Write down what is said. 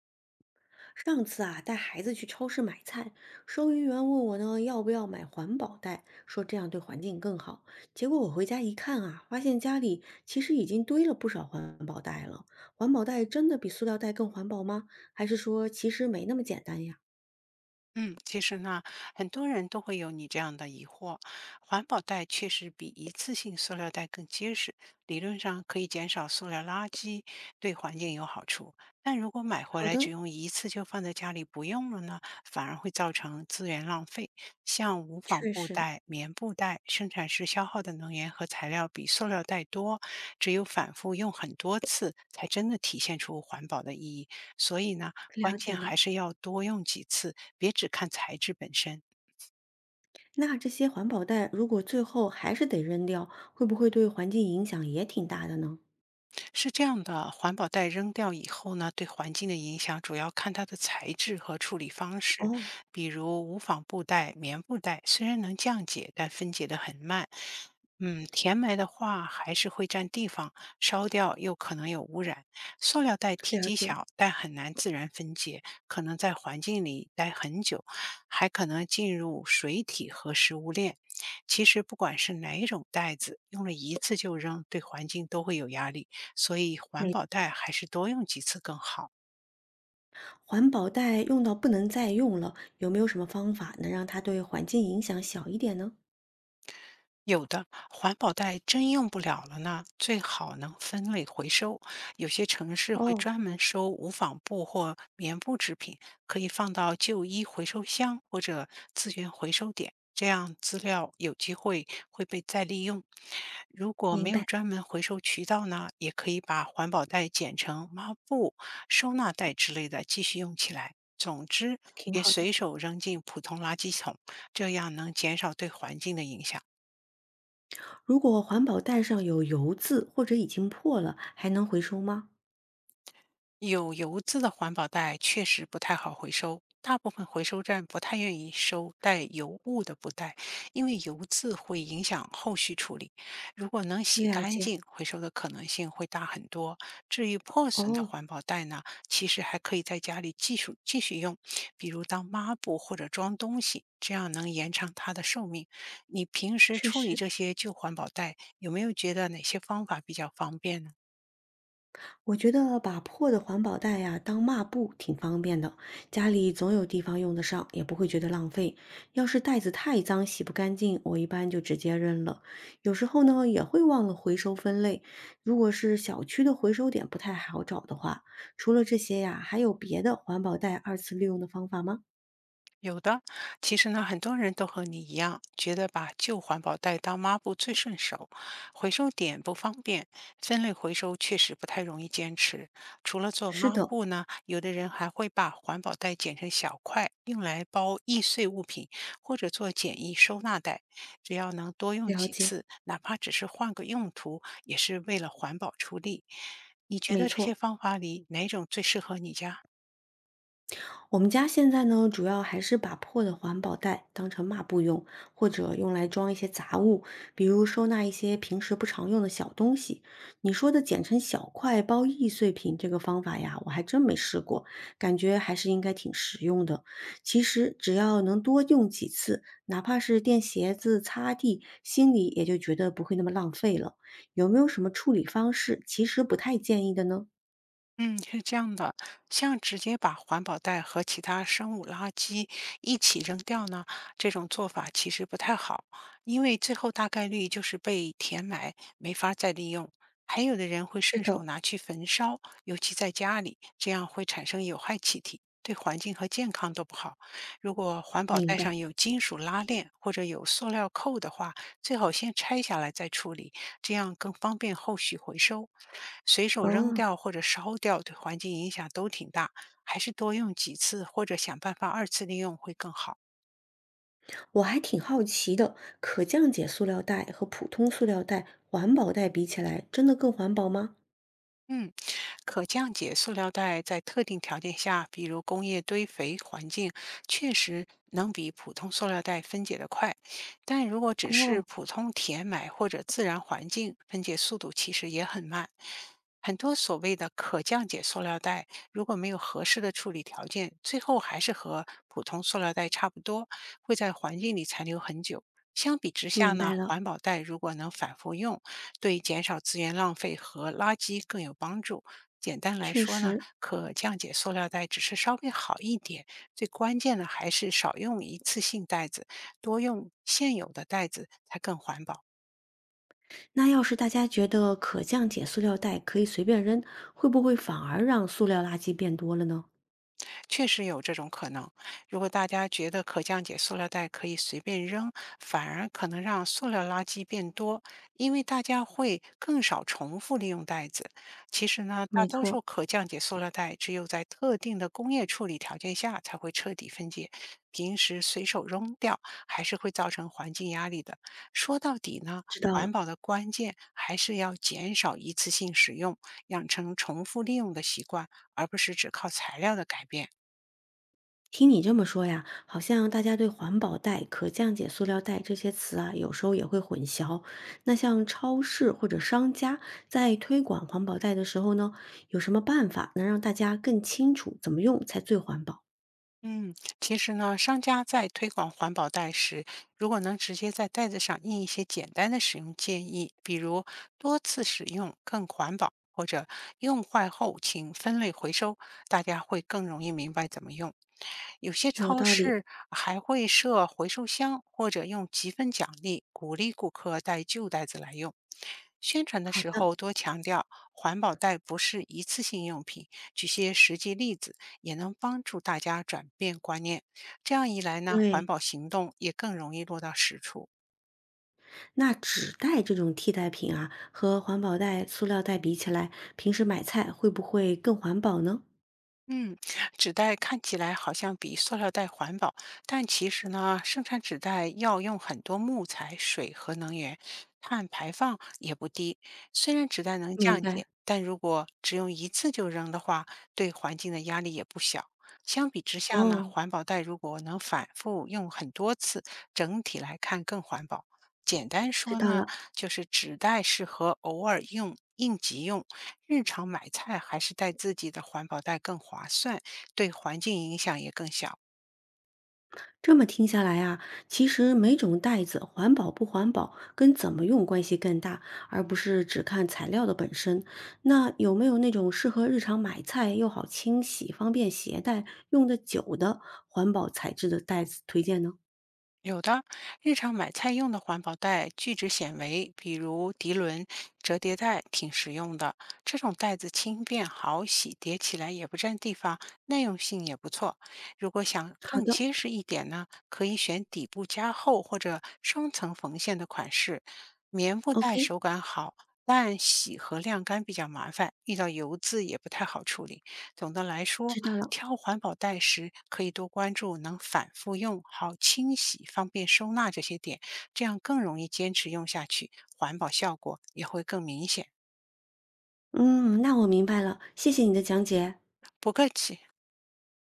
上次啊，带孩子去超市买菜，收银员问我呢，要不要买环保袋，说这样对环境更好。结果我回家一看啊，发现家里其实已经堆了不少环保袋了。环保袋真的比塑料袋更环保吗？还是说其实没那么简单呀？嗯，其实呢，很多人都会有你这样的疑惑。环保袋确实比一次性塑料袋更结实，理论上可以减少塑料垃圾，对环境有好处。但如果买回好来只的，用一次就放在家里不用了呢，反而会造成资源浪费。像无纺确布实袋、棉布袋，生产时消耗的能源和材料比塑料袋多，只有反复用很多次，才真的体现出环保的意义。所以呢，了关解键还了。是要多用几次，别只看材质本身。那这些环保袋如果最后还是得扔掉，会不会对环境影响也挺大的呢？是这样的，环保袋扔掉以后呢，对环境的影响主要看它的材质和处理方式。哦，比如无纺布袋、棉布袋，虽然能降解，但分解得很慢。嗯，填埋的话还是会占地方，烧掉又可能有污染。塑料袋体了积解。小，但很难自然分解，可能在环境里待很久，还可能进入水体和食物链。其实不管是哪一种袋子，用了一次就扔，对环境都会有压力。所以环没保袋还是多用几次更好。环保袋用到不能再用了，有没有什么方法能让它对环境影响小一点呢？有的环保袋真用不了了呢，最好能分类回收。有些城市会哦，专门收无纺布或棉布制品，可以放到旧衣回收箱或者资源回收点，这样资料有机会会被再利用。如果明没有白，专门回收渠道呢，也可以把环保袋剪成抹布、收纳袋之类的继续用起来。总之，挺别好的，随手扔进普通垃圾桶，这样能减少对环境的影响。如果环保袋上有油渍或者已经破了，还能回收吗？有油渍的环保袋确实不太好回收，大部分回收站不太愿意收带油污的布袋，因为油渍会影响后续处理。如果能洗了干解。净，回收的可能性会大很多。至于破损的哦，环保袋呢，其实还可以在家里继续用，比如当抹布或者装东西，这样能延长它的寿命。你平时确处理实，这些旧环保袋，有没有觉得哪些方法比较方便呢？我觉得把破的环保袋呀、当抹布挺方便的，家里总有地方用得上，也不会觉得浪费。要是袋子太脏洗不干净，我一般就直接扔了。有时候呢也会忘了回收分类，如果是小区的回收点不太好找的话，除了这些呀，还有别的环保袋二次利用的方法吗？有的，其实呢，很多人都和你一样，觉得把旧环保袋当抹布最顺手，回收点不方便，分类回收确实不太容易坚持。除了做是抹的，布呢，有的人还会把环保袋剪成小块，用来包易碎物品，或者做简易收纳袋。只要能多用了几解，次，哪怕只是换个用途，也是为了环保出力。你觉没得这错。些方法里哪种最适合你家？我们家现在呢，主要还是把破的环保袋当成抹布用，或者用来装一些杂物，比如收纳一些平时不常用的小东西。你说的剪成小块包易碎品这个方法呀，我还真没试过，感觉还是应该挺实用的。其实只要能多用几次，哪怕是垫鞋子、擦地，心里也就觉得不会那么浪费了。有没有什么处理方式其实不太建议的呢？嗯，是这样的，像直接把环保袋和其他生物垃圾一起扔掉呢，这种做法其实不太好，因为最后大概率就是被填埋，没法再利用。还有的人会是顺的，手拿去焚烧，尤其在家里，这样会产生有害气体，对环境和健康都不好。如果环保明袋白。上有金属拉链或者有塑料扣的话，最好先拆下来再处理，这样更方便后续回收。随手扔哦，掉或者烧掉对环境影响都挺大，还是多用几次或者想办法二次利用会更好。我还挺好奇的，可降解塑料袋和普通塑料袋、环保袋比起来，真的更环保吗？嗯，可降解塑料袋在特定条件下，比如工业堆肥环境，确实能比普通塑料袋分解得快。但如果只是哦，普通填埋或者自然环境，分解速度其实也很慢。很多所谓的可降解塑料袋，如果没有合适的处理条件，最后还是和普通塑料袋差不多，会在环境里残留很久。相比之下明呢，白了，环保袋如果能反复用，对减少资源浪费和垃圾更有帮助。简单来确说呢，实。可降解塑料袋只是稍微好一点，最关键的还是少用一次性袋子，多用现有的袋子才更环保。那要是大家觉得可降解塑料袋可以随便扔，会不会反而让塑料垃圾变多了呢？确实有这种可能。如果大家觉得可降解塑料袋可以随便扔，反而可能让塑料垃圾变多，因为大家会更少重复利用袋子。其实呢，大没多错，数可降解塑料袋只有在特定的工业处理条件下才会彻底分解，平时随手扔掉还是会造成环境压力的。说到底呢。知道了。环保的关键还是要减少一次性使用，养成重复利用的习惯，而不是只靠材料的改变。听你这么说呀，好像大家对环保袋、可降解塑料袋这些词啊，有时候也会混淆。那像超市或者商家在推广环保袋的时候呢，有什么办法能让大家更清楚怎么用才最环保？嗯，其实呢，商家在推广环保袋时，如果能直接在袋子上印一些简单的使用建议，比如多次使用更环保，或者用坏后请分类回收，大家会更容易明白怎么用。有些有超道理。市还会设回收箱，或者用积分奖励鼓励顾客带旧袋子来用。宣传的好时的，候多强调环保袋不是一次性用品，举些实际例子。也能帮助大家转变观念。这样一来呢，环对。保行动也更容易落到实处。那纸袋这种替代品啊，和环保袋、塑料袋比起来，平时买菜会不会更环保呢？嗯，纸袋看起来好像比塑料袋环保，但其实呢，生产纸袋要用很多木材、水和能源，碳排放也不低。虽然纸袋能明降白。解，但如果只用一次就扔的话，对环境的压力也不小。相比之下呢，哦，环保袋如果能反复用很多次，整体来看更环保。简单知说道呢，了。就是纸袋适合偶尔用、应急用。日常买菜还是带自己的环保袋更划算，对环境影响也更小。这么听下来啊，其实每种袋子环保不环保跟怎么用关系更大，而不是只看材料的本身。那有没有那种适合日常买菜又好清洗、方便携带、用得久的环保材质的袋子推荐呢？有的日常买菜用的环保袋聚酯纤维，比如涤纶、折叠袋，挺实用的。这种袋子轻便好洗，叠起来也不占地方，耐用性也不错。如果想好更的结实一点呢，可以选底部加厚或者双层缝线的款式。棉布袋，OK，手感好，但洗和晾干比较麻烦，遇到油渍也不太好处理。总的来说，知道了。挑环保袋时可以多关注能反复用、好清洗、方便收纳这些点，这样更容易坚持用下去，环保效果也会更明显。嗯，那我明白了，谢谢你的讲解。不客气。